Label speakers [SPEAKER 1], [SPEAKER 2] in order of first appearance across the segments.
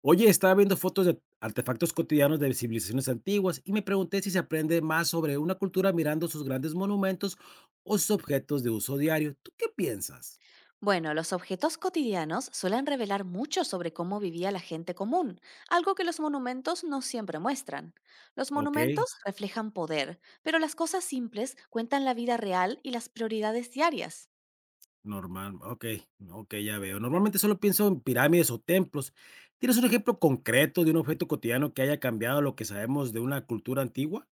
[SPEAKER 1] Oye, estaba viendo fotos de artefactos cotidianos de civilizaciones antiguas y me pregunté si se aprende más sobre una cultura mirando sus grandes monumentos o sus objetos de uso diario. ¿Tú qué piensas?
[SPEAKER 2] Bueno, los objetos cotidianos suelen revelar mucho sobre cómo vivía la gente común, algo que los monumentos no siempre muestran. Los
[SPEAKER 1] Ok,
[SPEAKER 2] monumentos reflejan poder, pero las cosas simples cuentan la vida real y las prioridades diarias.
[SPEAKER 1] normal, ok, ok, ya veo. Normalmente solo pienso en pirámides o templos. ¿Tienes un ejemplo concreto de un objeto cotidiano que haya cambiado lo que sabemos de una cultura antigua?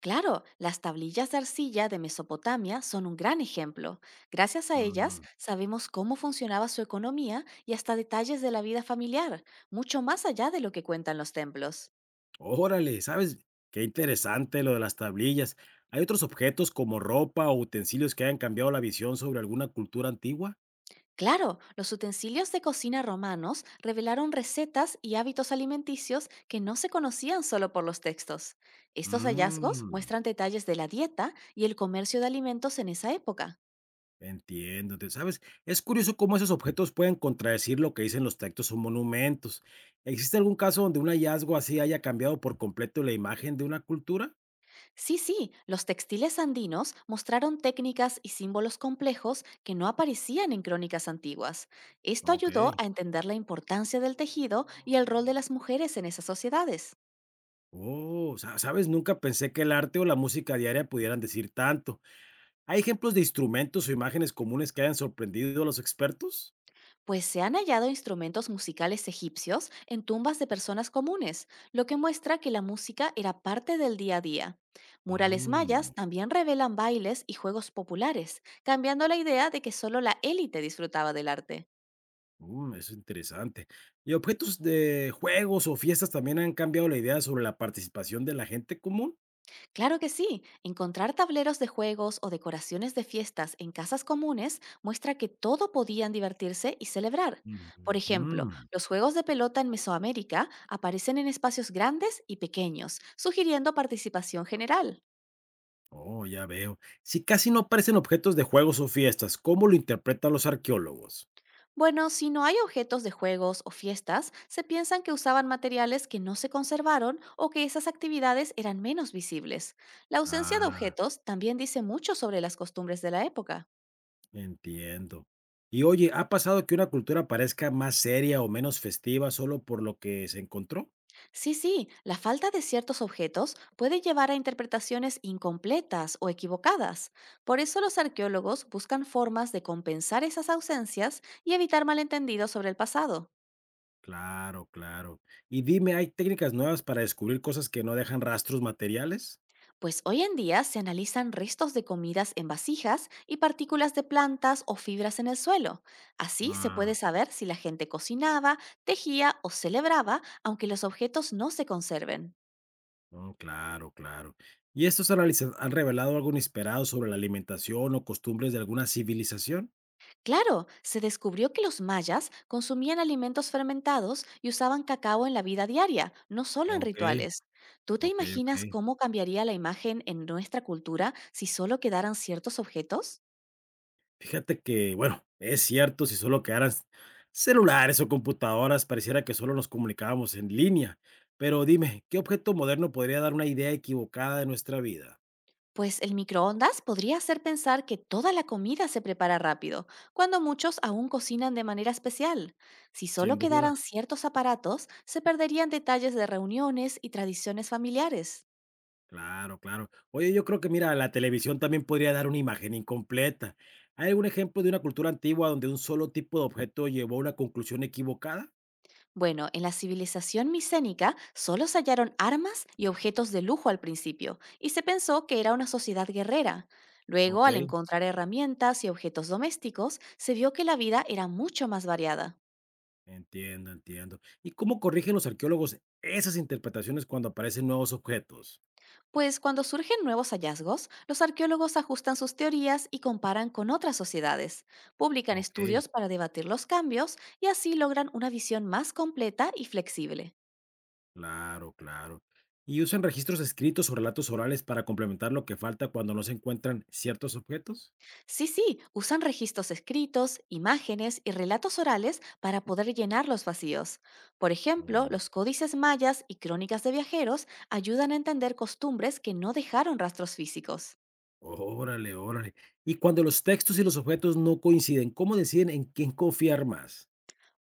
[SPEAKER 2] Claro, las tablillas de arcilla de Mesopotamia son un gran ejemplo. Gracias a ellas
[SPEAKER 1] Mm.
[SPEAKER 2] sabemos cómo funcionaba su economía y hasta detalles de la vida familiar, mucho más allá de lo que cuentan los templos.
[SPEAKER 1] Órale, ¿sabes? Qué interesante lo de las tablillas. ¿Hay otros objetos como ropa o utensilios que hayan cambiado la visión sobre alguna cultura antigua?
[SPEAKER 2] Claro, los utensilios de cocina romanos revelaron recetas y hábitos alimenticios que no se conocían solo por los textos. Estos hallazgos
[SPEAKER 1] Mm,
[SPEAKER 2] muestran detalles de la dieta y el comercio de alimentos en esa época.
[SPEAKER 1] entiendo, ¿sabes? Es curioso cómo esos objetos pueden contradecir lo que dicen los textos o monumentos. ¿Existe algún caso donde un hallazgo así haya cambiado por completo la imagen de una cultura?
[SPEAKER 2] Sí, sí, los textiles andinos mostraron técnicas y símbolos complejos que no aparecían en crónicas antiguas. Esto
[SPEAKER 1] Ok.
[SPEAKER 2] ayudó a entender la importancia del tejido y el rol de las mujeres en esas sociedades.
[SPEAKER 1] Oh, ¿sabes? Nunca pensé que el arte o la música diaria pudieran decir tanto. ¿Hay ejemplos de instrumentos o imágenes comunes que hayan sorprendido a los expertos?
[SPEAKER 2] Pues se han hallado instrumentos musicales egipcios en tumbas de personas comunes, lo que muestra que la música era parte del día a día. Murales
[SPEAKER 1] Mm,
[SPEAKER 2] mayas también revelan bailes y juegos populares, cambiando la idea de que solo la élite disfrutaba del arte.
[SPEAKER 1] mm, eso es interesante. ¿Y objetos de juegos o fiestas también han cambiado la idea sobre la participación de la gente común?
[SPEAKER 2] Claro que sí. Encontrar tableros de juegos o decoraciones de fiestas en casas comunes muestra que todo podían divertirse y celebrar. Por ejemplo,
[SPEAKER 1] Ujú.
[SPEAKER 2] los juegos de pelota en Mesoamérica aparecen en espacios grandes y pequeños, sugiriendo participación general.
[SPEAKER 1] Oh, ya veo. Si casi no aparecen objetos de juegos o fiestas, ¿cómo lo interpretan los arqueólogos?
[SPEAKER 2] Bueno, si no hay objetos de juegos o fiestas, se piensan que usaban materiales que no se conservaron o que esas actividades eran menos visibles. La ausencia de
[SPEAKER 1] Ah,
[SPEAKER 2] objetos también dice mucho sobre las costumbres de la época.
[SPEAKER 1] entiendo. Y oye, ¿ha pasado que una cultura parezca más seria o menos festiva solo por lo que se encontró?
[SPEAKER 2] Sí, sí, la falta de ciertos objetos puede llevar a interpretaciones incompletas o equivocadas. Por eso los arqueólogos buscan formas de compensar esas ausencias y evitar malentendidos sobre el pasado.
[SPEAKER 1] Claro, claro. Y dime, ¿hay técnicas nuevas para descubrir cosas que no dejan rastros materiales?
[SPEAKER 2] Pues hoy en día se analizan restos de comidas en vasijas y partículas de plantas o fibras en el suelo. Así se puede
[SPEAKER 1] Ah,
[SPEAKER 2] saber si la gente cocinaba, tejía o celebraba, aunque los objetos no se conserven.
[SPEAKER 1] no, claro, claro. ¿Y estos análisis han revelado algo inesperado sobre la alimentación o costumbres de alguna civilización?
[SPEAKER 2] Claro, se descubrió que los mayas consumían alimentos fermentados y usaban cacao en la vida diaria, no solo en
[SPEAKER 1] Ok,
[SPEAKER 2] rituales. ¿Tú te
[SPEAKER 1] ok,
[SPEAKER 2] imaginas
[SPEAKER 1] ok.
[SPEAKER 2] cómo cambiaría la imagen en nuestra cultura si solo quedaran ciertos objetos?
[SPEAKER 1] Fíjate que, bueno, es cierto, si solo quedaran celulares o computadoras, pareciera que solo nos comunicábamos en línea. Pero dime, ¿qué objeto moderno podría dar una idea equivocada de nuestra vida?
[SPEAKER 2] Pues el microondas podría hacer pensar que toda la comida se prepara rápido, cuando muchos aún cocinan de manera especial. Si
[SPEAKER 1] Sin
[SPEAKER 2] solo
[SPEAKER 1] duda.
[SPEAKER 2] quedaran ciertos aparatos, se perderían detalles de reuniones y tradiciones familiares.
[SPEAKER 1] Claro, claro. Oye, yo creo que, mira, la televisión también podría dar una imagen incompleta. ¿Hay algún ejemplo de una cultura antigua donde un solo tipo de objeto llevó a una conclusión equivocada?
[SPEAKER 2] Bueno, en la civilización micénica solo se hallaron armas y objetos de lujo al principio, y se pensó que era una sociedad guerrera. Luego,
[SPEAKER 1] Ok,
[SPEAKER 2] al encontrar herramientas y objetos domésticos, se vio que la vida era mucho más variada.
[SPEAKER 1] entiendo, entiendo. ¿Y cómo corrigen los arqueólogos esas interpretaciones cuando aparecen nuevos objetos?
[SPEAKER 2] Pues cuando surgen nuevos hallazgos, los arqueólogos ajustan sus teorías y comparan con otras sociedades, publican
[SPEAKER 1] Ok.
[SPEAKER 2] estudios para debatir los cambios y así logran una visión más completa y flexible.
[SPEAKER 1] Claro, claro. ¿Y usan registros escritos o relatos orales para complementar lo que falta cuando no se encuentran ciertos objetos?
[SPEAKER 2] Sí, sí, usan registros escritos, imágenes y relatos orales para poder llenar los vacíos. Por ejemplo,
[SPEAKER 1] Mm.
[SPEAKER 2] los códices mayas y crónicas de viajeros ayudan a entender costumbres que no dejaron rastros físicos.
[SPEAKER 1] Órale, órale. Y cuando los textos y los objetos no coinciden, ¿cómo deciden en quién confiar más?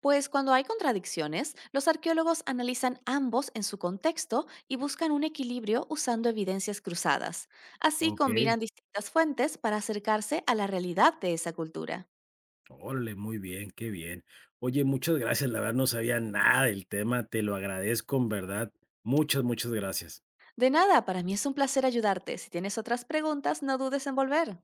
[SPEAKER 2] Pues cuando hay contradicciones, los arqueólogos analizan ambos en su contexto y buscan un equilibrio usando evidencias cruzadas. Así
[SPEAKER 1] Ok,
[SPEAKER 2] combinan distintas fuentes para acercarse a la realidad de esa cultura.
[SPEAKER 1] órale, muy bien, qué bien. Oye, muchas gracias, la verdad no sabía nada del tema, te lo agradezco, en verdad. Muchas, muchas gracias.
[SPEAKER 2] De nada, para mí es un placer ayudarte. Si tienes otras preguntas, no dudes en volver.